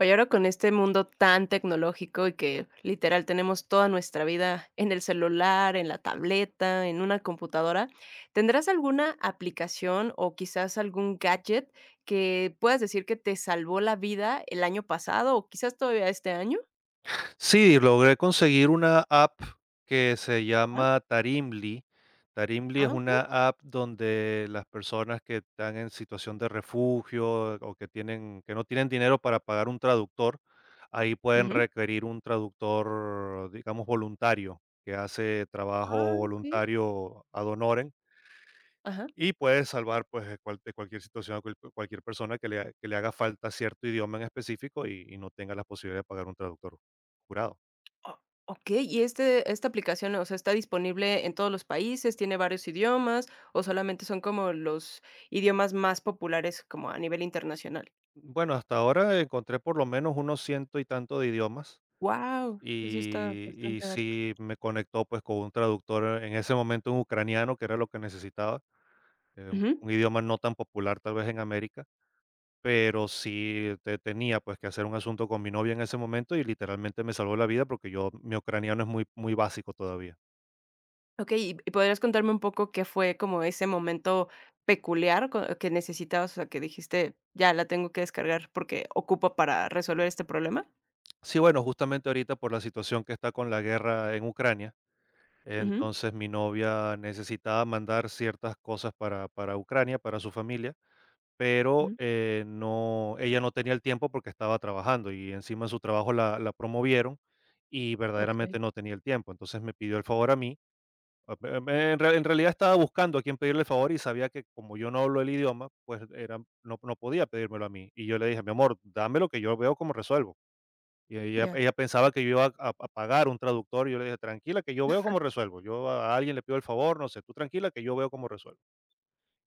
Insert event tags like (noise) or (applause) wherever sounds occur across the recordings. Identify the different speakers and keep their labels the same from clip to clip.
Speaker 1: Oye, ahora con este mundo tan tecnológico y que literal tenemos toda nuestra vida en el celular, en la tableta, en una computadora, ¿tendrás alguna aplicación o quizás algún gadget que puedas decir que te salvó la vida el año pasado o quizás todavía este año?
Speaker 2: Sí, logré conseguir una app que se
Speaker 1: Ajá.
Speaker 2: llama Tarimli. Tarimli es
Speaker 1: Ah, okey.
Speaker 2: una app donde las personas que están en situación de refugio o que no tienen dinero para pagar un traductor, ahí pueden
Speaker 1: Ujú.
Speaker 2: requerir un traductor, digamos, voluntario, que hace trabajo
Speaker 1: Ah, okey.
Speaker 2: voluntario ad honorem
Speaker 1: Ajá.
Speaker 2: y puede salvar pues de, de cualquier situación a cualquier persona que que le haga falta cierto idioma en específico y, no tenga la posibilidad de pagar un traductor jurado.
Speaker 1: O okey, ¿y esta aplicación, o sea, está disponible en todos los países, tiene varios idiomas o solamente son como los idiomas más populares como a nivel internacional?
Speaker 2: Bueno, hasta ahora encontré por lo menos unos ciento y tanto de idiomas
Speaker 1: Wow, sí está
Speaker 2: y,
Speaker 1: bastante alto.
Speaker 2: sí me conectó pues con un traductor en ese momento, un ucraniano, que era lo que necesitaba, eh,
Speaker 1: Ujú.
Speaker 2: un idioma no tan popular tal vez en América, pero sí tenía pues que hacer un asunto con mi novia en ese momento y literalmente me salvó la vida porque yo, mi ucraniano es muy muy básico todavía.
Speaker 1: Okey, ¿y podrías contarme un poco qué fue como ese momento peculiar co que necesitabas, o sea, que dijiste: "Ya, la tengo que descargar porque ocupa para resolver este problema"?
Speaker 2: Sí, bueno, justamente ahorita por la situación que está con la guerra en Ucrania.
Speaker 1: Ujú,
Speaker 2: Entonces mi novia necesitaba mandar ciertas cosas para Ucrania, para su familia. Pero,
Speaker 1: ujú.
Speaker 2: no, ella no tenía el tiempo porque estaba trabajando y encima en su trabajo la promovieron y
Speaker 1: Okey,
Speaker 2: verdaderamente no tenía el tiempo. Entonces me pidió el favor a mí. En realidad estaba buscando a quién pedirle el favor y sabía que como yo no hablo el idioma, pues era, no podía pedírmelo a mí. Y yo le dije, mi amor, dame, lo que yo veo como resuelvo. Y
Speaker 1: ya.
Speaker 2: ella pensaba que yo iba a, a pagar un traductor y yo le dije, tranquila, que yo veo cómo resuelvo. Yo a alguien le pido el favor, no sé, tú tranquila, que yo veo cómo resuelvo.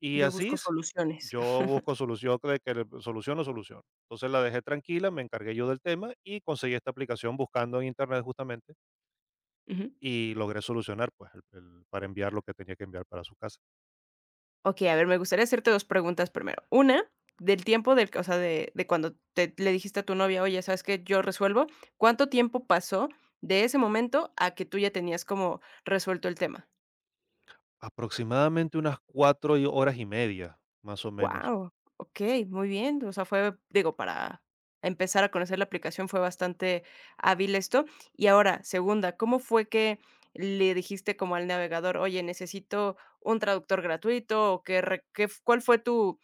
Speaker 2: Y
Speaker 1: Yo
Speaker 2: así
Speaker 1: busco
Speaker 2: hice.
Speaker 1: soluciones.
Speaker 2: Yo
Speaker 1: (laughs)
Speaker 2: busco solución, de solución o solución. Entonces la dejé tranquila, me encargué yo del tema y conseguí esta aplicación buscando en internet justamente
Speaker 1: Ujú.
Speaker 2: y logré solucionar pues para enviar lo que tenía que enviar para su casa.
Speaker 1: Okey, a ver, me gustaría hacerte dos preguntas primero. Una, del tiempo del que o sea, de cuando te le dijiste a tu novia: "Oye, ¿sabes qué? Yo resuelvo". ¿Cuánto tiempo pasó de ese momento a que tú ya tenías como resuelto el tema?
Speaker 2: Aproximadamente unas horas y media, más o menos.
Speaker 1: Wow, okey, muy bien. O sea, fue, digo, para empezar a conocer la aplicación fue bastante hábil esto. Y ahora, segunda, ¿cómo fue que le dijiste como al navegador: "Oye, necesito un traductor gratuito", o qué re qué f cuál fue tu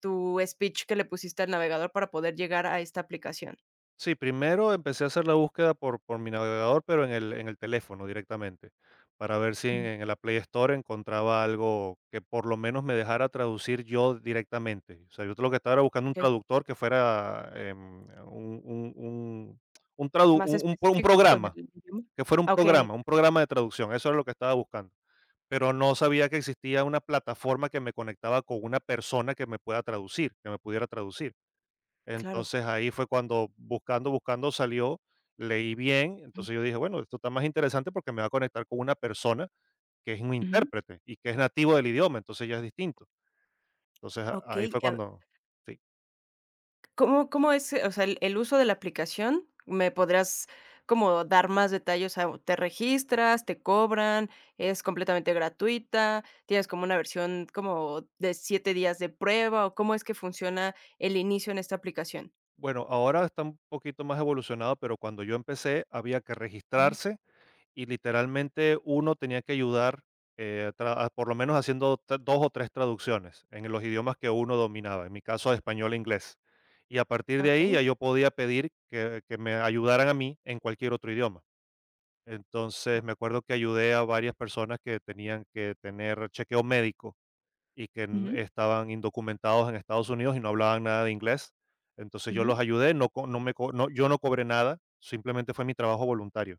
Speaker 1: tu speech que le pusiste al navegador para poder llegar a esta aplicación?
Speaker 2: Sí, primero empecé a hacer la búsqueda por mi navegador, pero en en el teléfono directamente, para ver si
Speaker 1: Ujú,
Speaker 2: la Play Store encontraba algo que por lo menos me dejara traducir yo directamente. O sea, yo lo que estaba era buscando un
Speaker 1: okey,
Speaker 2: traductor que fuera un, un, un,
Speaker 1: ¿más
Speaker 2: un
Speaker 1: específico con el
Speaker 2: programa,
Speaker 1: idioma?
Speaker 2: que fuera
Speaker 1: Ah, okey,
Speaker 2: un programa de traducción. Eso era lo que estaba buscando. Pero no sabía que existía una plataforma que me conectaba con una persona que me pueda traducir, que me pudiera traducir.
Speaker 1: claro.
Speaker 2: Entonces, ahí fue cuando, buscando, buscando, salió, leí bien,
Speaker 1: Ujú,
Speaker 2: entonces yo dije: "Bueno, esto está más interesante porque me va a conectar con una persona que es un
Speaker 1: ujú.
Speaker 2: intérprete y que es nativo del idioma, entonces ya es distinto". Entonces, a ahí
Speaker 1: Okey,
Speaker 2: fue cuando, sí.
Speaker 1: ¿Cómo es, o sea, el uso de la aplicación? ¿Me podrías como dar más detalles? O sea, ¿te registras, te cobran, es completamente gratuita, tienes como una versión como de 7 días de prueba, o cómo es que funciona el inicio en esta aplicación?
Speaker 2: Bueno, ahora está un poquito más evolucionado, pero cuando yo empecé había que
Speaker 1: Ujú.
Speaker 2: registrarse y literalmente uno tenía que ayudar, a por lo menos haciendo 2 o 3 traducciones en los idiomas que uno dominaba, en mi caso español e inglés. Y a partir de ahí
Speaker 1: Okey.
Speaker 2: ya yo podía pedir que me ayudaran a mí en cualquier otro idioma. Entonces me acuerdo que ayudé a varias personas que tenían que tener chequeo médico y que
Speaker 1: Ujú,
Speaker 2: estaban indocumentados en Estados Unidos y no hablaban nada de inglés. Entonces yo
Speaker 1: ujú.
Speaker 2: los ayudé, no, yo no cobré nada, simplemente fue mi trabajo voluntario.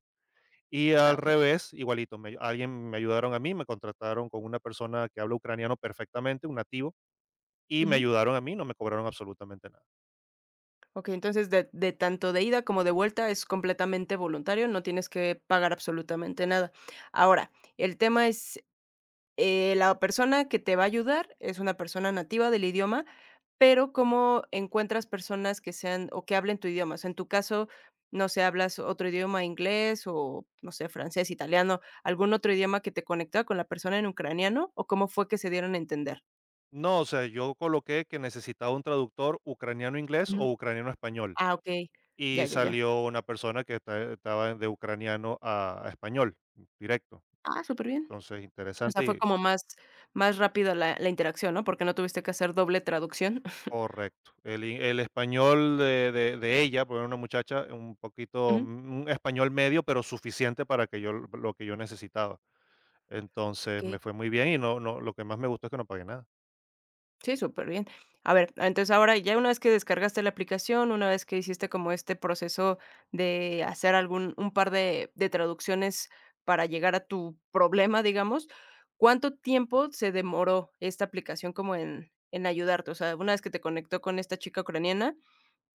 Speaker 2: Y
Speaker 1: Ah,
Speaker 2: al
Speaker 1: okey.
Speaker 2: revés, igualito, me alguien me ayudaron a mí, me contrataron con una persona que habla ucraniano perfectamente, un nativo, y me
Speaker 1: Ujú.
Speaker 2: ayudaron a mí, no me cobraron absolutamente nada.
Speaker 1: Okey, entonces de tanto de ida como de vuelta es completamente voluntario, no tienes que pagar absolutamente nada. Ahora, el tema es. La persona que te va a ayudar es una persona nativa del idioma, pero ¿cómo encuentras personas que sean o que hablen tu idioma? O sea, en tu caso, no sé, hablas otro idioma, inglés o, no sé, francés, italiano, algún otro idioma que te conectaba con la persona en ucraniano o cómo fue que se dieron a entender.
Speaker 2: No, o sea, yo coloqué que necesitaba un traductor ucraniano-inglés o
Speaker 1: Ujú.
Speaker 2: ucraniano-español,
Speaker 1: Ah, okey,
Speaker 2: y
Speaker 1: ya, ya, ya.
Speaker 2: salió una persona que estaba de ucraniano a español, directo.
Speaker 1: Ah, súper bien.
Speaker 2: Entonces,
Speaker 1: O sea,
Speaker 2: interesante
Speaker 1: fue
Speaker 2: y
Speaker 1: como más rápido la interacción, ¿no? Porque no tuviste que hacer doble traducción. (laughs)
Speaker 2: correcto. El español de ella, porque era una muchacha, un poquito,
Speaker 1: Ujú,
Speaker 2: un español medio, pero suficiente para que yo lo que yo necesitaba. Entonces,
Speaker 1: okey.
Speaker 2: me fue muy bien y no, lo que más me gustó es que no pagué nada.
Speaker 1: Sí, súper bien. A ver, entonces ahora ya una vez que descargaste la aplicación, una vez que hiciste como este proceso de hacer algún un par de traducciones para llegar a tu problema, digamos, ¿cuánto tiempo se demoró esta aplicación como en ayudarte? O sea, una vez que te conectó con esta chica ucraniana,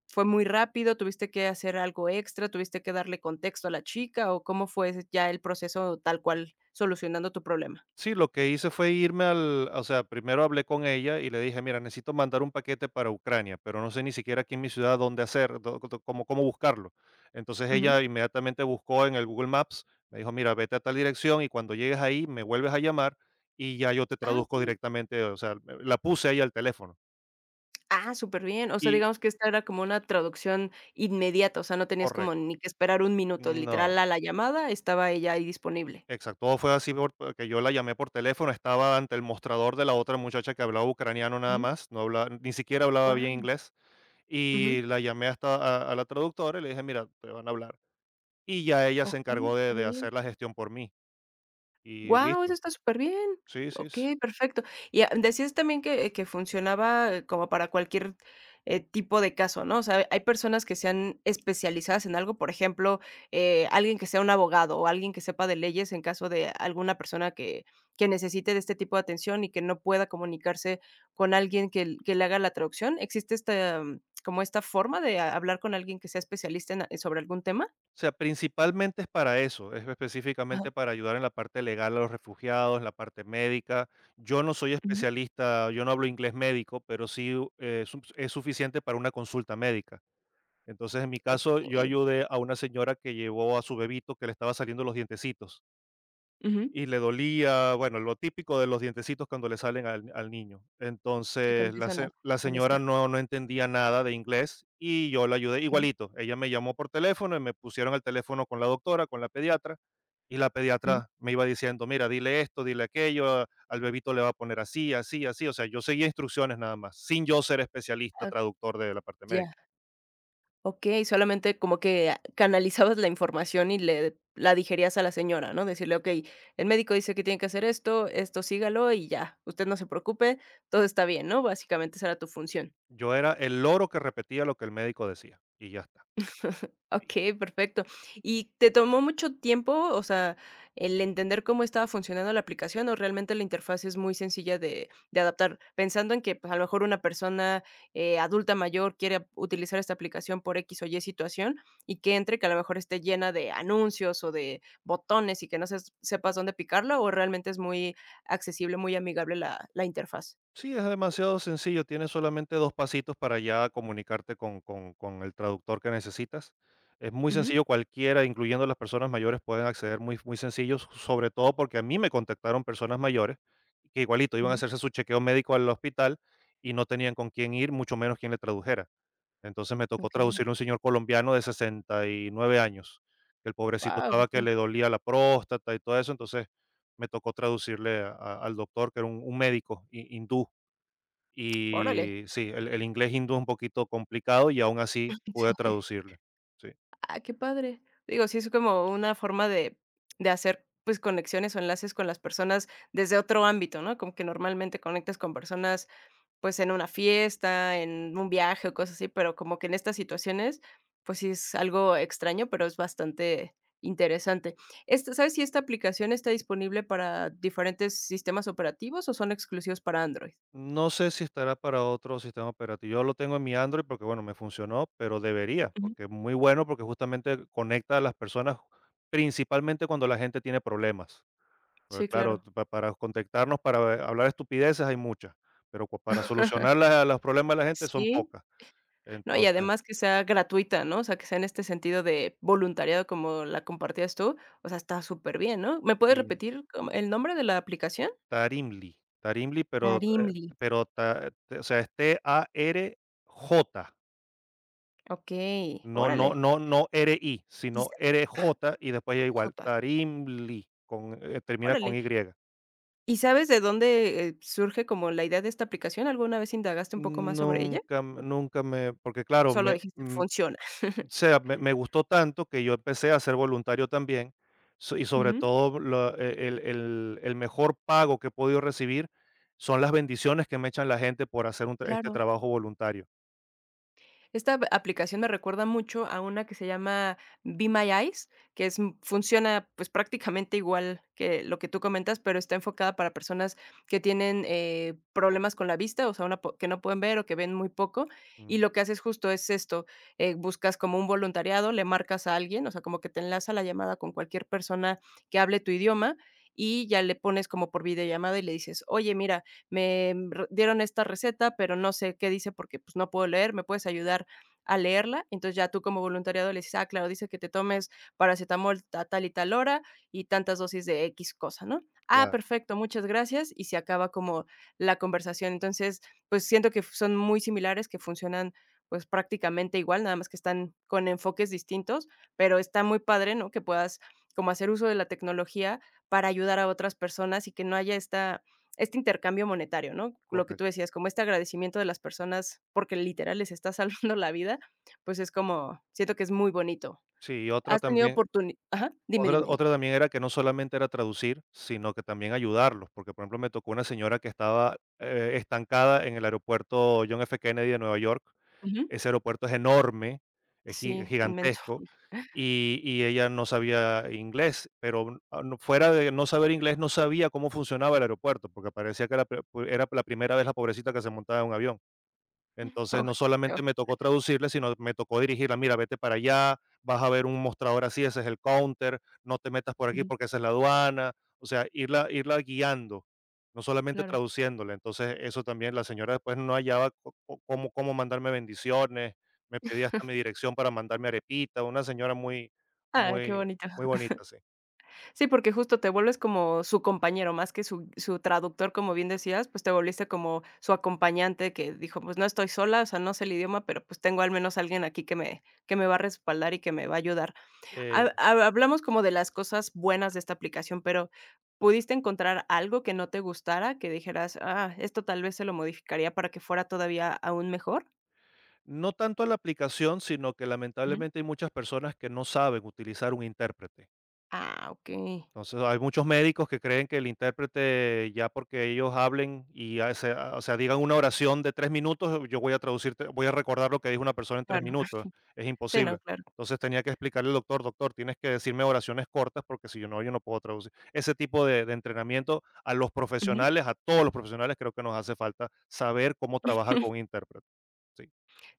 Speaker 1: ¿fue muy rápido? ¿Tuviste que hacer algo extra? ¿Tuviste que darle contexto a la chica? ¿O cómo fue ya el proceso tal cual solucionando tu problema?
Speaker 2: Sí, lo que hice fue irme al, o sea, primero hablé con ella y le dije: "Mira, necesito mandar un paquete para Ucrania, pero no sé ni siquiera aquí en mi ciudad dónde hacer, do do cómo buscarlo". Entonces,
Speaker 1: Ujú.
Speaker 2: ella inmediatamente buscó en el Google Maps, me dijo: "Mira, vete a tal dirección y cuando llegues ahí me vuelves a llamar y ya yo te
Speaker 1: Ah,
Speaker 2: traduzco
Speaker 1: ok.
Speaker 2: directamente", o sea, la puse a al teléfono.
Speaker 1: Ah, súper bien. O sea,
Speaker 2: Y
Speaker 1: digamos que esta era como una traducción inmediata, o sea, no tenías como
Speaker 2: correcto.
Speaker 1: ni que esperar un minuto,
Speaker 2: No.
Speaker 1: literal, a la llamada estaba ella ahí disponible.
Speaker 2: Exacto, todo fue así porque yo la llamé por teléfono, estaba ante el mostrador de la otra muchacha que hablaba ucraniano nada
Speaker 1: Ujú.
Speaker 2: más, no hablaba, ni siquiera hablaba bien
Speaker 1: Guau.
Speaker 2: inglés, y
Speaker 1: Ujú.
Speaker 2: la llamé hasta a la traductora y le dije, mira, te van a hablar. Y ya ella se
Speaker 1: Okey,
Speaker 2: encargó
Speaker 1: está
Speaker 2: de
Speaker 1: bien.
Speaker 2: hacer la gestión por mí y
Speaker 1: Guau, eso
Speaker 2: listo.
Speaker 1: está superbién.
Speaker 2: Sí, sí.
Speaker 1: Okey, perfecto. Y, ah, decías también que funcionaba como para cualquier, tipo de caso, ¿no? O sea, hay personas que sean especializadas en algo, por ejemplo, alguien que sea un abogado o alguien que sepa de leyes en caso de alguna persona que necesite de este tipo de atención y que no pueda comunicarse con alguien que le haga la traducción, ¿existe esta, como esta forma de hablar con alguien que sea especialista en sobre algún tema?
Speaker 2: O sea, principalmente es para eso, es
Speaker 1: Ajá,
Speaker 2: específicamente para ayudar en la parte legal a los refugiados, la parte médica. Yo no soy
Speaker 1: ujú.
Speaker 2: especialista, yo no hablo inglés médico, pero sí, es suficiente para una consulta médica. Entonces, en mi caso, yo
Speaker 1: Okey,
Speaker 2: ayudé a una señora que llevó a su bebito, que le estaba saliendo los dientecitos
Speaker 1: ujú.
Speaker 2: y le dolía, bueno, lo típico de los dientecitos cuando le salen al niño.
Speaker 1: Sí, que
Speaker 2: Entonces,
Speaker 1: empiezan a
Speaker 2: la señora
Speaker 1: molestar.
Speaker 2: no entendía nada de inglés y yo la ayudé
Speaker 1: Ujú,
Speaker 2: igualito. Ella me llamó por teléfono y me pusieron al teléfono con la doctora, con la pediatra, y la
Speaker 1: ujú.
Speaker 2: pediatra me iba diciendo, mira, dile esto, dile aquello, al bebito le va a poner así, así, así. O sea, yo seguía instrucciones nada más, sin yo ser especialista
Speaker 1: Ah,
Speaker 2: traductor de la parte médica.
Speaker 1: ya. Okey, solamente como que canalizabas la información y le la digerías a la señora, ¿no? Decirle: "Okey, el médico dice que tiene que hacer esto, esto sígalo y ya, usted no se preocupe, todo está bien", ¿no? Básicamente esa era tu función.
Speaker 2: Yo era el loro que repetía lo que el médico decía y ya está.
Speaker 1: Okey, perfecto. ¿Y te tomó mucho tiempo, o sea, el entender cómo estaba funcionando la aplicación, o realmente la interfaz es muy sencilla de adaptar? Pensando en que, pues, a lo mejor una persona, adulta mayor quiere utilizar esta aplicación por X o Y situación, y que entre, que a lo mejor esté llena de anuncios o de botones y que no se sepas dónde picarla, ¿o realmente es muy accesible, muy amigable la interfaz?
Speaker 2: Sí, es demasiado sencillo, tienes solamente 2 pasitos para ya comunicarte con el traductor que necesitas. Es muy
Speaker 1: Ujú,
Speaker 2: sencillo, cualquiera, incluyendo las personas mayores, pueden acceder muy muy sencillos, sobre todo porque a mí me contactaron personas mayores que igualito iban a
Speaker 1: ujú.
Speaker 2: hacerse su chequeo médico al hospital y no tenían con quién ir, mucho menos quien le tradujera. Entonces me tocó
Speaker 1: Okey.
Speaker 2: traducirle a un señor colombiano de 69 años, que el pobrecito
Speaker 1: Guau,
Speaker 2: estaba que
Speaker 1: pues
Speaker 2: le
Speaker 1: sí.
Speaker 2: dolía la próstata y todo eso, entonces me tocó traducirle a al doctor, que era un médico hi hindú.
Speaker 1: Órale.
Speaker 2: Y sí, el inglés hindú es un poquito complicado y aún así pude
Speaker 1: (laughs)
Speaker 2: traducirle, sí.
Speaker 1: Ah, qué padre. Digo, sí es como una forma de hacer, pues, conexiones o enlaces con las personas desde otro ámbito, ¿no? Como que normalmente conectas con personas, pues, en una fiesta, en un viaje o cosas así, pero como que en estas situaciones, pues, sí es algo extraño, pero es bastante interesante. Esta ¿Sabes si esta aplicación está disponible para diferentes sistemas operativos o son exclusivos para Android?
Speaker 2: No sé si estará para otro sistema operativo. Yo lo tengo en mi Android porque, bueno, me funcionó, pero debería,
Speaker 1: Ujú.
Speaker 2: porque es muy bueno, porque justamente conecta a las personas, principalmente cuando la gente tiene problemas. Pues
Speaker 1: Sí,
Speaker 2: claro,
Speaker 1: claro.
Speaker 2: pa para contactarnos, para hablar estupideces hay muchas, pero co para solucionar la los problemas de la gente son
Speaker 1: Sí.
Speaker 2: pocas.
Speaker 1: No, y
Speaker 2: Entonces,
Speaker 1: además que sea gratuita, ¿no? O sea, que sea en este sentido de voluntariado como la compartías tú, o sea, está súper bien, ¿no? ¿Me puedes
Speaker 2: y
Speaker 1: repetir como el nombre de la aplicación?
Speaker 2: Tarimli, Tarimli, pero,
Speaker 1: Tarimli.
Speaker 2: o sea, es T-A-R-J,
Speaker 1: Okey,
Speaker 2: no no
Speaker 1: órale.
Speaker 2: no no R-I,
Speaker 1: Y
Speaker 2: sino
Speaker 1: ah,
Speaker 2: R-J y después ya igual,
Speaker 1: Jota,
Speaker 2: Tarimli, con, termina con
Speaker 1: órale.
Speaker 2: Y.
Speaker 1: ¿Y sabes de dónde, surge como la idea de esta aplicación? ¿Alguna vez indagaste un poco más sobre ella?
Speaker 2: Nunca me, porque claro,
Speaker 1: Solo
Speaker 2: me,
Speaker 1: dijiste: "Funciona".
Speaker 2: o
Speaker 1: (laughs)
Speaker 2: sea, me, gustó tanto que yo empecé a ser voluntario también, y sobre
Speaker 1: Ujú.
Speaker 2: todo el mejor pago que he podido recibir son las bendiciones que me echan la gente por hacer este
Speaker 1: Claro.
Speaker 2: trabajo voluntario.
Speaker 1: Esta aplicación me recuerda mucho a una que se llama Be My Eyes, que es, funciona pues prácticamente igual que lo que tú comentas, pero está enfocada para personas que tienen problemas con la vista, o sea, que no pueden ver o que ven muy poco.
Speaker 2: Mm,
Speaker 1: Y lo que haces justo es esto, buscas como un voluntariado, le marcas a alguien, o sea, como que te enlaza la llamada con cualquier persona que hable tu idioma. Y ya le pones como por videollamada y le dices, oye, mira, dieron esta receta, pero no sé qué dice porque pues no puedo leer, ¿me puedes ayudar a leerla? Entonces ya tú como voluntariado le dices, ah, claro, dice que te tomes paracetamol a tal y tal hora y tantas dosis de X cosa, ¿no? Ah,
Speaker 2: claro,
Speaker 1: perfecto, muchas gracias. Y se acaba como la conversación. Entonces, pues siento que son muy similares, que funcionan pues prácticamente igual, nada más que están con enfoques distintos, pero está muy padre, ¿no? Que puedas como hacer uso de la tecnología para ayudar a otras personas y que no haya esta este intercambio monetario, ¿no? Lo que tú
Speaker 2: correcto.
Speaker 1: decías, como este agradecimiento de las personas porque literal les está (laughs) salvando la vida, pues es como, siento que es muy bonito.
Speaker 2: Sí, y otra
Speaker 1: ¿Has tenido
Speaker 2: también,
Speaker 1: oportunidad? Ajá, dime, dime, dime.
Speaker 2: otra también era que no solamente era traducir, sino que también ayudarlos, porque por ejemplo me tocó una señora que estaba estancada en el aeropuerto John F. Kennedy de Nueva York.
Speaker 1: Ujú.
Speaker 2: Ese aeropuerto es enorme, es gi es
Speaker 1: Sí, inmenso.
Speaker 2: gigantesco,
Speaker 1: (laughs)
Speaker 2: y ella no sabía inglés, pero, a no fuera de no saber inglés, no sabía cómo funcionaba el aeropuerto, porque parecía que era era la primera vez, la pobrecita, que se montaba en un avión. Entonces,
Speaker 1: Oh,
Speaker 2: no
Speaker 1: peor.
Speaker 2: solamente me tocó traducirle, sino me tocó dirigirla, mira, vete para allá, vas a ver un mostrador así, ese es el counter, no te metas por aquí
Speaker 1: Ujú,
Speaker 2: porque esa es la aduana, o sea, irla guiando, no solamente
Speaker 1: claro.
Speaker 2: traduciéndole. Entonces, eso también, la señora después no hallaba cómo, cómo mandarme bendiciones, me pedía hasta mi dirección para mandarme arepita, una señora muy,
Speaker 1: Ah, qué
Speaker 2: muy,
Speaker 1: bonito.
Speaker 2: muy bonita, sí.
Speaker 1: Sí, porque justo te vuelves como su compañero, más que su traductor, como bien decías, pues te volviste como su acompañante que dijo: "Pues no estoy sola, o sea, no sé el idioma, pero pues tengo al menos alguien aquí que me va a respaldar y que me va a ayudar".
Speaker 2: Eh,
Speaker 1: Ha ha Hablamos como de las cosas buenas de esta aplicación, pero ¿pudiste encontrar algo que no te gustara, que dijeras: "Ah, esto tal vez se lo modificaría para que fuera todavía aún mejor"?
Speaker 2: no tanto a la aplicación, sino que
Speaker 1: Ujú.
Speaker 2: lamentablemente hay muchas personas que no saben utilizar un intérprete.
Speaker 1: Ah, okey.
Speaker 2: Entonces, hay muchos médicos que creen que el intérprete, ya porque ellos hablen y o sea, digan una oración de 3 minutos, yo voy a traducir, voy a recordar lo que dijo una persona en tres
Speaker 1: Claro.
Speaker 2: minutos. Es
Speaker 1: (laughs) Sí,
Speaker 2: imposible.
Speaker 1: no, claro.
Speaker 2: Entonces tenía que explicarle al doctor, doctor, tienes que decirme oraciones cortas porque si yo yo no puedo traducir. Ese tipo de entrenamiento a los profesionales, a todos los profesionales, creo que nos hace falta saber cómo trabajar con un intérprete. Sí,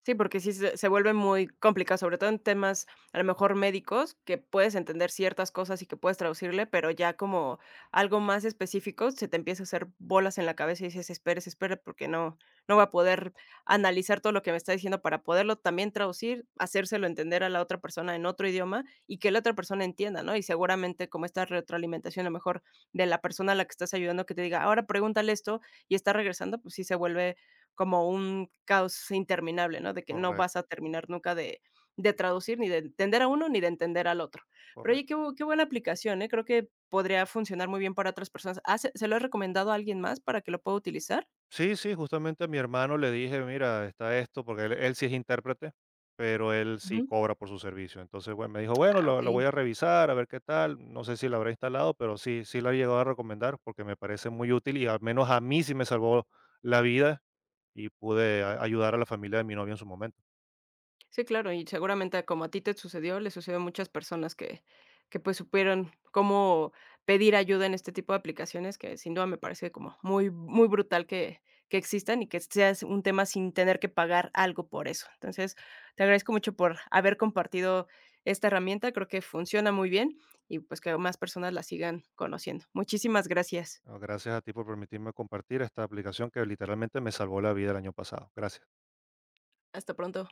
Speaker 1: Sí, porque sí se vuelve muy complicado, sobre todo en temas, a lo mejor médicos, que puedes entender ciertas cosas y que puedes traducirle, pero ya como algo más específico se te empieza a hacer bolas en la cabeza y dices: "Espere, espere, porque no va a poder analizar todo lo que me está diciendo para poderlo también traducir, hacérselo entender a la otra persona en otro idioma y que la otra persona entienda", ¿no? Y seguramente como esta retroalimentación, a lo mejor, de la persona a la que estás ayudando que te diga: "Ahora pregúntale esto", y está regresando, pues sí se vuelve como un caos interminable, ¿no? De que no vas a
Speaker 2: correcto,
Speaker 1: terminar nunca de traducir, ni de entender a uno, ni de entender al otro. Pero oye,
Speaker 2: correcto.
Speaker 1: qué buena aplicación, ¿eh? Creo que podría funcionar muy bien para otras personas. ¿Ah, se lo he recomendado a alguien más para que lo pueda utilizar?
Speaker 2: Sí, sí, justamente a mi hermano le dije, mira, está esto, porque él sí es intérprete, pero él sí
Speaker 1: Ujú.
Speaker 2: cobra por su servicio. Entonces, bueno, me dijo, bueno,
Speaker 1: Ah,
Speaker 2: lo
Speaker 1: okey.
Speaker 2: voy a revisar, a ver qué tal. No sé si lo habrá instalado, pero sí, sí lo ha llegado a recomendar porque me parece muy útil y al menos a mí sí me salvó la vida y pude ayudar a la familia de mi novia en su momento.
Speaker 1: Sí, claro, y seguramente como a ti te sucedió, le sucedió a muchas personas que pues supieron cómo pedir ayuda en este tipo de aplicaciones, que sin duda me parece como muy, muy brutal que existan y que sea un tema sin tener que pagar algo por eso. Entonces, te agradezco mucho por haber compartido esta herramienta, creo que funciona muy bien y pues que más personas la sigan conociendo. Muchísimas gracias.
Speaker 2: Ah, gracias a ti por permitirme compartir esta aplicación que literalmente me salvó la vida el año pasado. Gracias.
Speaker 1: Hasta pronto.